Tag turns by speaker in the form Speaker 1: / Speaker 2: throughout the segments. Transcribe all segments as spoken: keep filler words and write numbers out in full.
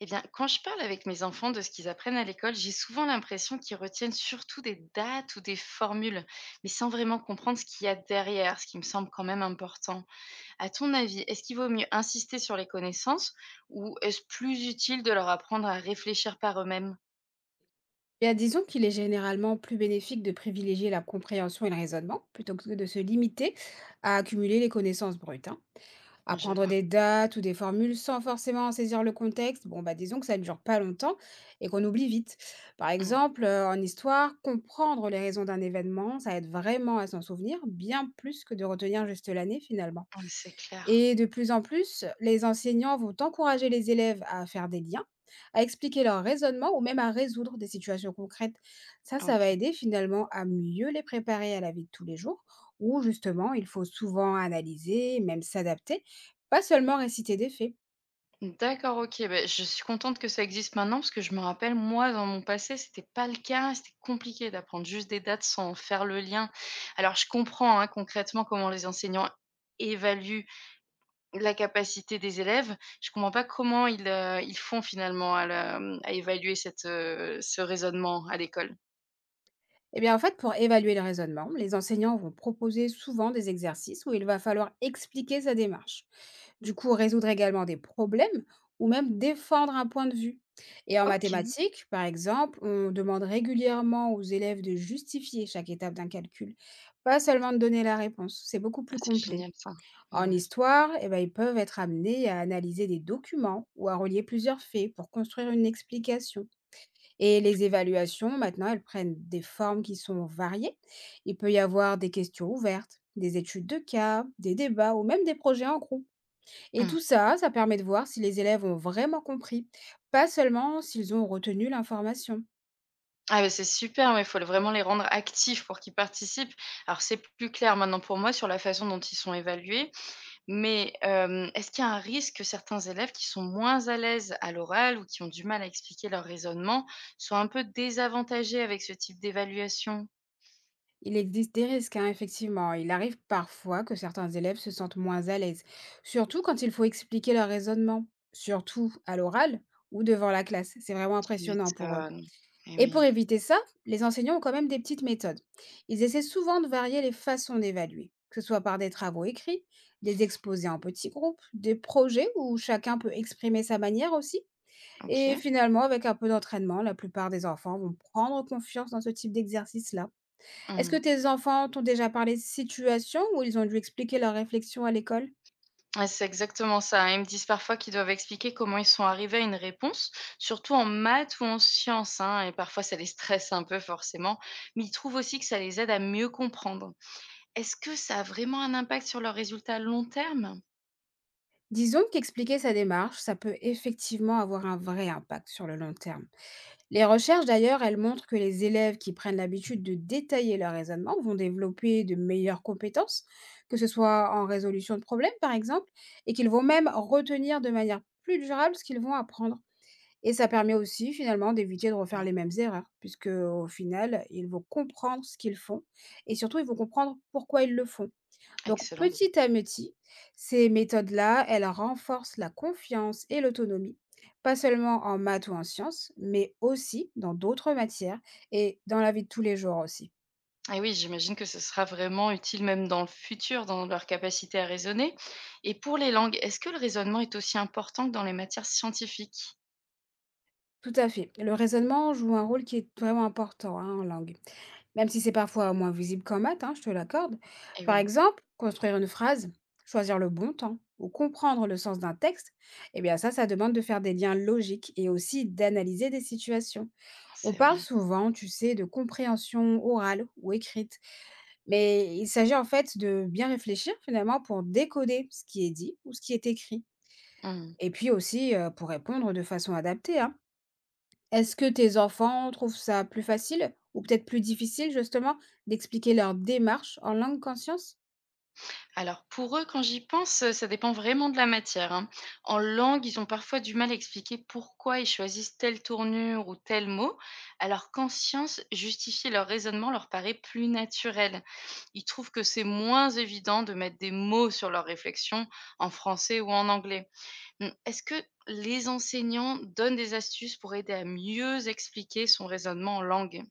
Speaker 1: Eh bien, quand je parle avec mes enfants de ce qu'ils apprennent à l'école, j'ai souvent l'impression qu'ils retiennent surtout des dates ou des formules, mais sans vraiment comprendre ce qu'il y a derrière, ce qui me semble quand même important. À ton avis, est-ce qu'il vaut mieux insister sur les connaissances ou est-ce plus utile de leur apprendre à réfléchir par eux-mêmes?
Speaker 2: Bien, disons qu'il est généralement plus bénéfique de privilégier la compréhension et le raisonnement plutôt que de se limiter à accumuler les connaissances brutes, hein.
Speaker 1: Je
Speaker 2: Apprendre
Speaker 1: vois.
Speaker 2: des dates ou des formules sans forcément en saisir le contexte, bon, bah, disons que ça ne dure pas longtemps et qu'on oublie vite. Par
Speaker 1: Mm.
Speaker 2: exemple, euh, en histoire, comprendre les raisons d'un événement, ça aide vraiment à s'en souvenir, bien plus que de retenir juste l'année finalement.
Speaker 1: Ouais, c'est clair.
Speaker 2: Et de plus en plus, les enseignants vont encourager les élèves à faire des liens, à expliquer leur raisonnement ou même à résoudre des situations concrètes. Ça, ça
Speaker 1: Ok.
Speaker 2: va aider finalement à mieux les préparer à la vie de tous les jours, où justement, il faut souvent analyser, même s'adapter, pas seulement réciter des faits.
Speaker 1: D'accord, OK. Beh, je suis contente que ça existe maintenant parce que je me rappelle, moi, dans mon passé, c'était pas le cas. C'était compliqué d'apprendre juste des dates sans faire le lien. Alors, je comprends, hein, concrètement comment les enseignants évaluent la capacité des élèves. Je comprends pas comment ils, heu, ils font finalement à la, mmh, à évaluer cette, heu, ce raisonnement à l'école.
Speaker 2: Eh bien, en fait, pour évaluer le raisonnement, les enseignants vont proposer souvent des exercices où il va falloir expliquer sa démarche. Du coup, résoudre également des problèmes ou même défendre un point de vue. Et en
Speaker 1: OK.
Speaker 2: mathématiques, par exemple, on demande régulièrement aux élèves de justifier chaque étape d'un calcul, pas seulement de donner la réponse. C'est beaucoup plus
Speaker 1: Ah, c'est
Speaker 2: complet.
Speaker 1: génial ça. Et
Speaker 2: En
Speaker 1: ouais.
Speaker 2: histoire, eh ben, ils peuvent être amenés à analyser des documents ou à relier plusieurs faits pour construire une explication. Et les évaluations, maintenant, elles prennent des formes qui sont variées. Il peut y avoir des questions ouvertes, des études de cas, des débats ou même des projets en groupe. Et
Speaker 1: Mmh.
Speaker 2: tout ça, ça permet de voir si les élèves ont vraiment compris, pas seulement s'ils ont retenu l'information.
Speaker 1: Ah, beh, c'est super, mais il faut le vraiment les rendre actifs pour qu'ils participent. Alors c'est plus clair maintenant pour moi sur la façon dont ils sont évalués. Mais, hem, est-ce qu'il y a un risque que certains élèves qui sont moins à l'aise à l'oral ou qui ont du mal à expliquer leur raisonnement soient un peu désavantagés avec ce type d'évaluation?
Speaker 2: Il existe des risques, hein, effectivement. Il arrive parfois que certains élèves se sentent moins à l'aise, surtout quand il faut expliquer leur raisonnement, surtout à l'oral ou devant la classe. C'est vraiment
Speaker 1: Tu
Speaker 2: impressionnant pour eux.
Speaker 1: m'étonnes. Eh
Speaker 2: Et
Speaker 1: oui,
Speaker 2: pour éviter ça, les enseignants ont quand même des petites méthodes. Ils essaient souvent de varier les façons d'évaluer, que ce soit par des travaux écrits, des exposés en petits groupes, des projets où chacun peut exprimer sa manière aussi. Et
Speaker 1: OK.
Speaker 2: finalement, avec un peu d'entraînement, la plupart des enfants vont prendre confiance dans ce type d'exercice-là. Est-ce que
Speaker 1: Mmh.
Speaker 2: tes enfants t'ont déjà parlé de situations où ils ont dû expliquer leurs réflexions à l'école?
Speaker 1: Ouais, c'est exactement ça, hein. Ils me disent parfois qu'ils doivent expliquer comment ils sont arrivés à une réponse, surtout en maths ou en sciences, hein, et parfois ça les stresse un peu forcément, mais ils trouvent aussi que ça les aide à mieux comprendre. Est-ce que ça a vraiment un impact sur leurs résultats à long terme?
Speaker 2: Disons qu'expliquer sa démarche, ça peut effectivement avoir un vrai impact sur le long terme. Les recherches, d'ailleurs, elles montrent que les élèves qui prennent l'habitude de détailler leur raisonnement vont développer de meilleures compétences, que ce soit en résolution de problèmes, par exemple, et qu'ils vont même retenir de manière plus durable ce qu'ils vont apprendre. Et ça permet aussi, finalement, d'éviter de refaire
Speaker 1: Bien,
Speaker 2: les mêmes erreurs, puisque au final, ils vont comprendre ce qu'ils font, et surtout, ils vont comprendre pourquoi ils le font. Donc
Speaker 1: excellent.
Speaker 2: petit à petit, ces méthodes-là, elles renforcent la confiance et l'autonomie, pas seulement en maths ou en sciences, mais aussi dans d'autres matières et dans la vie de tous les jours aussi.
Speaker 1: Et oui, j'imagine que ce sera vraiment utile même dans le futur, dans leur capacité à raisonner. Et pour les langues, est-ce que le raisonnement est aussi important que dans les matières scientifiques?
Speaker 2: Tout à fait. Le raisonnement joue un rôle qui est vraiment important, hein, en langue, même si c'est parfois moins visible qu'en maths, hein, je te l'accorde.
Speaker 1: Eh
Speaker 2: Par
Speaker 1: oui,
Speaker 2: exemple, construire une phrase, choisir le bon temps ou comprendre le sens d'un texte, eh bien ça, ça demande de faire des liens logiques et aussi d'analyser des situations. On
Speaker 1: c'est vrai.
Speaker 2: parle souvent, tu sais, de compréhension orale ou écrite, mais il s'agit en fait de bien réfléchir finalement pour décoder ce qui est dit ou ce qui est écrit,
Speaker 1: Mmh.
Speaker 2: et puis aussi euh, pour répondre de façon adaptée, hein. Est-ce que tes enfants trouvent ça plus facile ou peut-être plus difficile justement d'expliquer leur démarche en langue conscience?
Speaker 1: Alors pour eux, quand j'y pense, heu, ça dépend vraiment de la matière, hein. En langue, ils ont parfois du mal à expliquer pourquoi ils choisissent telle tournure ou tel mot, alors qu'en science, justifier leur raisonnement leur paraît plus naturel. Ils trouvent que c'est moins évident de mettre des mots sur leurs réflexions en français ou en anglais. Mmh, est-ce que les enseignants donnent des astuces pour aider à mieux expliquer son raisonnement en langue?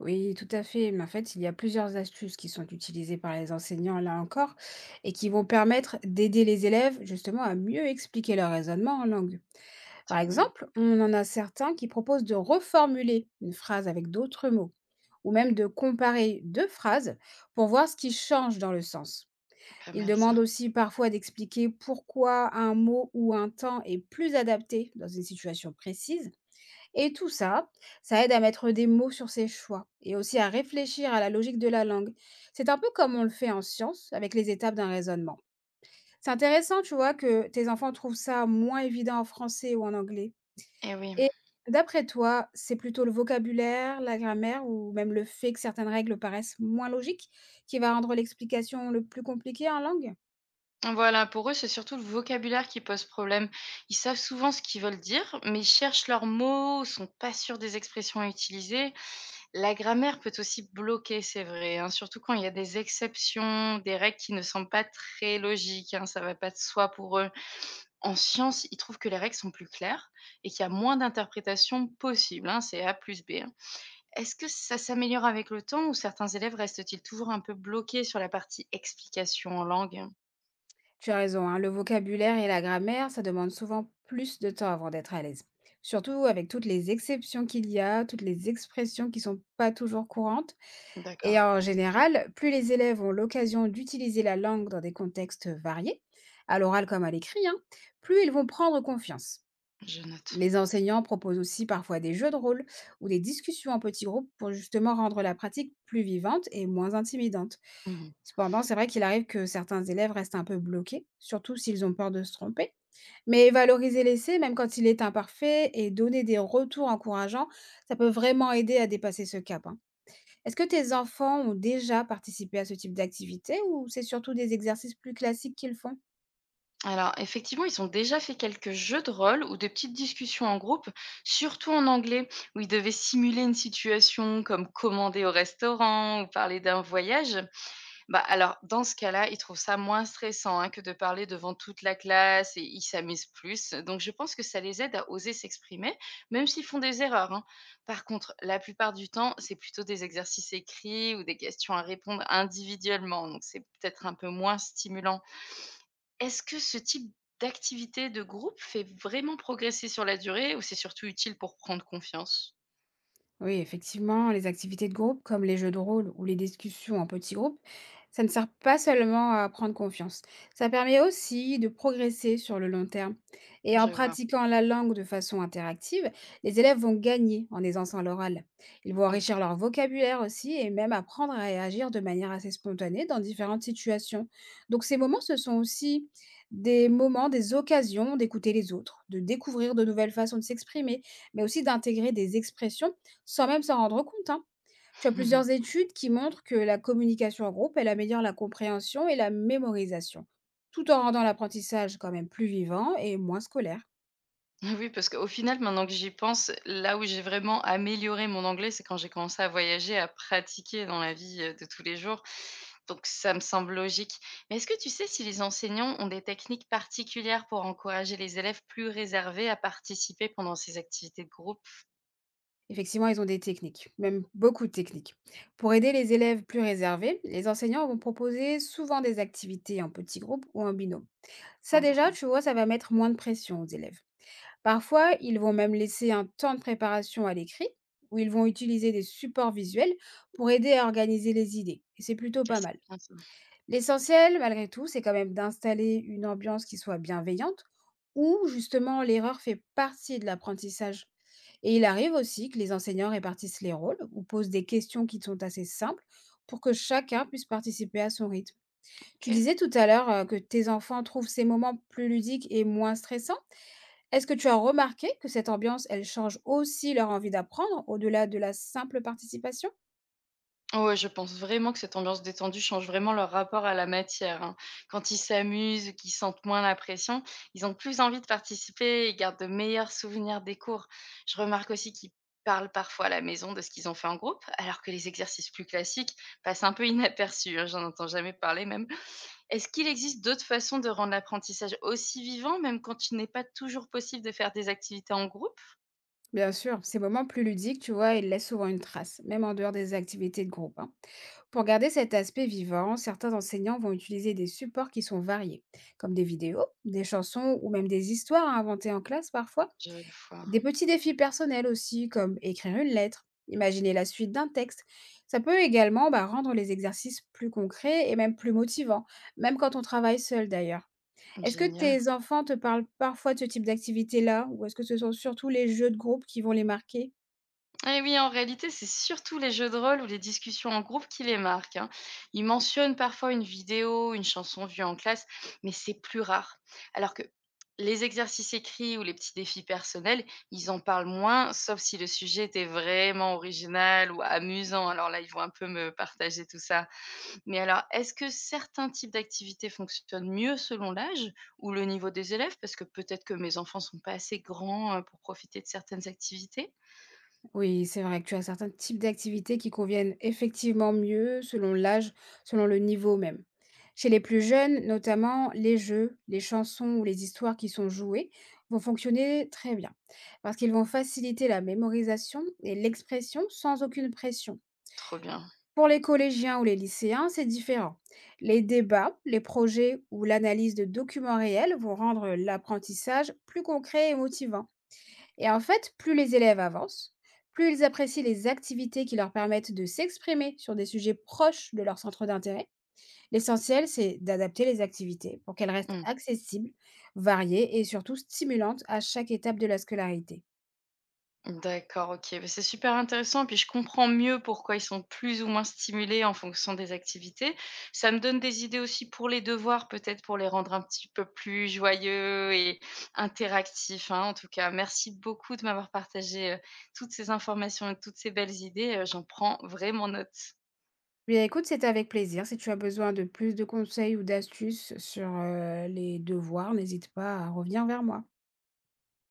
Speaker 2: Oui, tout à fait. Mais en fait, il y a plusieurs astuces qui sont utilisées par les enseignants là encore et qui vont permettre d'aider les élèves justement à mieux expliquer leur raisonnement en langue. Par
Speaker 1: Tant mieux,
Speaker 2: exemple, on en a certains qui proposent de reformuler une phrase avec d'autres mots, ou même de comparer deux phrases pour voir ce qui change dans le sens.
Speaker 1: pas
Speaker 2: Ils
Speaker 1: mal ça.
Speaker 2: demandent aussi parfois d'expliquer pourquoi un mot ou un temps est plus adapté dans une situation précise. Et tout ça, ça aide à mettre des mots sur ses choix et aussi à réfléchir à la logique de la langue. C'est un peu comme on le fait en science avec les étapes d'un raisonnement. C'est intéressant, tu vois, que tes enfants trouvent ça moins évident en français ou en anglais.
Speaker 1: Eh oui.
Speaker 2: Et d'après toi, c'est plutôt le vocabulaire, la grammaire ou même le fait que certaines règles paraissent moins logiques qui va rendre l'explication le plus compliquée en langue?
Speaker 1: Voilà, pour eux, c'est surtout le vocabulaire qui pose problème. Ils savent souvent ce qu'ils veulent dire, mais ils cherchent leurs mots, sont pas sûrs des expressions à utiliser. La grammaire peut aussi bloquer, c'est vrai, hein, surtout quand il y a des exceptions, des règles qui ne semblent pas très logiques, hein, ça va pas de soi pour eux. En sciences, ils trouvent que les règles sont plus claires et qu'il y a moins d'interprétations possibles, hein, c'est A plus B, hein. Est-ce que ça s'améliore avec le temps ou certains élèves restent-ils toujours un peu bloqués sur la partie explication en langue?
Speaker 2: Tu as raison, hein, le vocabulaire et la grammaire, ça demande souvent plus de temps avant d'être à l'aise. Surtout avec toutes les exceptions qu'il y a, toutes les expressions qui sont pas toujours courantes. Et
Speaker 1: D'accord,
Speaker 2: en général, plus les élèves ont l'occasion d'utiliser la langue dans des contextes variés, à l'oral comme à l'écrit, hein, plus ils vont prendre confiance.
Speaker 1: je note.
Speaker 2: Les enseignants proposent aussi parfois des jeux de rôle ou des discussions en petits groupes pour justement rendre la pratique plus vivante et moins intimidante.
Speaker 1: Mhm.
Speaker 2: Cependant, c'est vrai qu'il arrive que certains élèves restent un peu bloqués, surtout s'ils ont peur de se tromper. Mais valoriser l'essai, même quand il est imparfait, et donner des retours encourageants, ça peut vraiment aider à dépasser ce cap, hein. Est-ce que tes enfants ont déjà participé à ce type d'activité ou c'est surtout des exercices plus classiques qu'ils font?
Speaker 1: Alors, effectivement, ils ont déjà fait quelques jeux de rôle ou de petites discussions en groupe, surtout en anglais, où ils devaient simuler une situation comme commander au restaurant ou parler d'un voyage. Bah, alors, dans ce cas-là, ils trouvent ça moins stressant, hein, que de parler devant toute la classe et ils s'amusent plus. Donc, je pense que ça les aide à oser s'exprimer, même s'ils font des erreurs, hein. Par contre, la plupart du temps, c'est plutôt des exercices écrits ou des questions à répondre individuellement. Donc, c'est peut-être un peu moins stimulant. Est-ce que ce type d'activité de groupe fait vraiment progresser sur la durée ou c'est surtout utile pour prendre confiance?
Speaker 2: Oui, effectivement, les activités de groupe, comme les jeux de rôle ou les discussions en petits groupes, ça ne sert pas seulement à prendre confiance. Ça permet aussi de progresser sur le long terme. Et en
Speaker 1: Je vois.
Speaker 2: pratiquant la langue de façon interactive, les élèves vont gagner en aisance à l'oral. Ils vont
Speaker 1: Ok.
Speaker 2: enrichir leur vocabulaire aussi et même apprendre à réagir de manière assez spontanée dans différentes situations. Donc ces moments, ce sont aussi des moments, des occasions d'écouter les autres, de découvrir de nouvelles façons de s'exprimer mais aussi d'intégrer des expressions sans même s'en rendre compte, hein. Tu as plusieurs études qui montrent que la communication en groupe, elle améliore la compréhension et la mémorisation, tout en rendant l'apprentissage quand même plus vivant et moins scolaire.
Speaker 1: Oui, parce qu'au final, maintenant que j'y pense, là où j'ai vraiment amélioré mon anglais, c'est quand j'ai commencé à voyager, à pratiquer dans la vie, heu, de tous les jours. Donc ça me semble logique. Mais est-ce que tu sais si les enseignants ont des techniques particulières pour encourager les élèves plus réservés à participer pendant ces activités de groupe?
Speaker 2: Effectivement, ils ont des techniques, même beaucoup de techniques. Pour aider les élèves plus réservés, les enseignants vont proposer souvent des activités en petits groupes ou en binôme. Ça déjà,
Speaker 1: OK.
Speaker 2: tu vois, ça va mettre moins de pression aux élèves. Parfois, ils vont même laisser un temps de préparation à l'écrit où ils vont utiliser des supports visuels pour aider à organiser les idées. Et c'est plutôt
Speaker 1: Ah,
Speaker 2: pas
Speaker 1: c'est
Speaker 2: mal.
Speaker 1: bien ça.
Speaker 2: L'essentiel, malgré tout, c'est quand même d'installer une ambiance qui soit bienveillante où justement l'erreur fait partie de l'apprentissage. Et il arrive aussi que les enseignants répartissent les rôles ou posent des questions qui sont assez simples pour que chacun puisse participer à son rythme. Tu
Speaker 1: OK.
Speaker 2: disais tout à l'heure euh, que tes enfants trouvent ces moments plus ludiques et moins stressants. Est-ce que tu as remarqué que cette ambiance, elle change aussi leur envie d'apprendre, au-delà de la simple participation?
Speaker 1: Ouais, je pense vraiment que cette ambiance détendue change vraiment leur rapport à la matière, hein. Quand ils s'amusent ou qu'ils sentent moins la pression, ils ont plus envie de participer et gardent de meilleurs souvenirs des cours. Je remarque aussi qu'ils parlent parfois à la maison de ce qu'ils ont fait en groupe, alors que les exercices plus classiques passent un peu inaperçus, hein, j'en entends jamais parler même. Est-ce qu'il existe d'autres façons de rendre l'apprentissage aussi vivant, même quand il n'est pas toujours possible de faire des activités en groupe?
Speaker 2: Bien sûr, ces moments plus ludiques, tu vois, ils laissent souvent une trace, même en dehors des activités de groupe, hein. Pour garder cet aspect vivant, certains enseignants vont utiliser des supports qui sont variés, comme des vidéos, des chansons ou même des histoires à inventer en classe parfois.
Speaker 1: Je vois,
Speaker 2: Des petits défis personnels aussi, comme écrire une lettre, imaginer la suite d'un texte. Ça peut également bah, rendre les exercices plus concrets et même plus motivants, même quand on travaille seul d'ailleurs. Est-ce que
Speaker 1: génial.
Speaker 2: tes enfants te parlent parfois de ce type d'activité-là, ou est-ce que ce sont surtout les jeux de groupe qui vont les marquer?
Speaker 1: Eh oui, en réalité, c'est surtout les jeux de rôle ou les discussions en groupe qui les marquent, hein. Ils mentionnent parfois une vidéo, une chanson vue en classe, mais c'est plus rare. Alors que les exercices écrits ou les petits défis personnels, ils en parlent moins, sauf si le sujet était vraiment original ou amusant. Alors là, ils vont un peu me partager tout ça. Mais alors, est-ce que certains types d'activités fonctionnent mieux selon l'âge ou le niveau des élèves? Parce que peut-être que mes enfants sont pas assez grands euh, pour profiter de certaines activités.
Speaker 2: Oui, c'est vrai que tu as certains types d'activités qui conviennent effectivement mieux selon l'âge, selon le niveau même. Chez les plus jeunes, notamment, les jeux, les chansons ou les histoires qui sont jouées vont fonctionner très bien parce qu'ils vont faciliter la mémorisation et l'expression sans aucune pression.
Speaker 1: Trop bien.
Speaker 2: Pour les collégiens ou les lycéens, c'est différent. Les débats, les projets ou l'analyse de documents réels vont rendre l'apprentissage plus concret et motivant. Et en fait, plus les élèves avancent, plus ils apprécient les activités qui leur permettent de s'exprimer sur des sujets proches de leur centre d'intérêt. L'essentiel, c'est d'adapter les activités pour qu'elles restent
Speaker 1: Mmh.
Speaker 2: accessibles, variées et surtout stimulantes à chaque étape de la scolarité.
Speaker 1: D'accord, OK. Bah, c'est super intéressant, puis je comprends mieux pourquoi ils sont plus ou moins stimulés en fonction des activités. Ça me donne des idées aussi pour les devoirs, peut-être pour les rendre un petit peu plus joyeux et interactifs, hein. En tout cas, merci beaucoup de m'avoir partagé, heu, toutes ces informations et toutes ces belles idées, heu, j'en prends vraiment note.
Speaker 2: Eh bien, écoute, c'était avec plaisir. Si tu as besoin de plus de conseils ou d'astuces sur euh, les devoirs, n'hésite pas à revenir vers moi.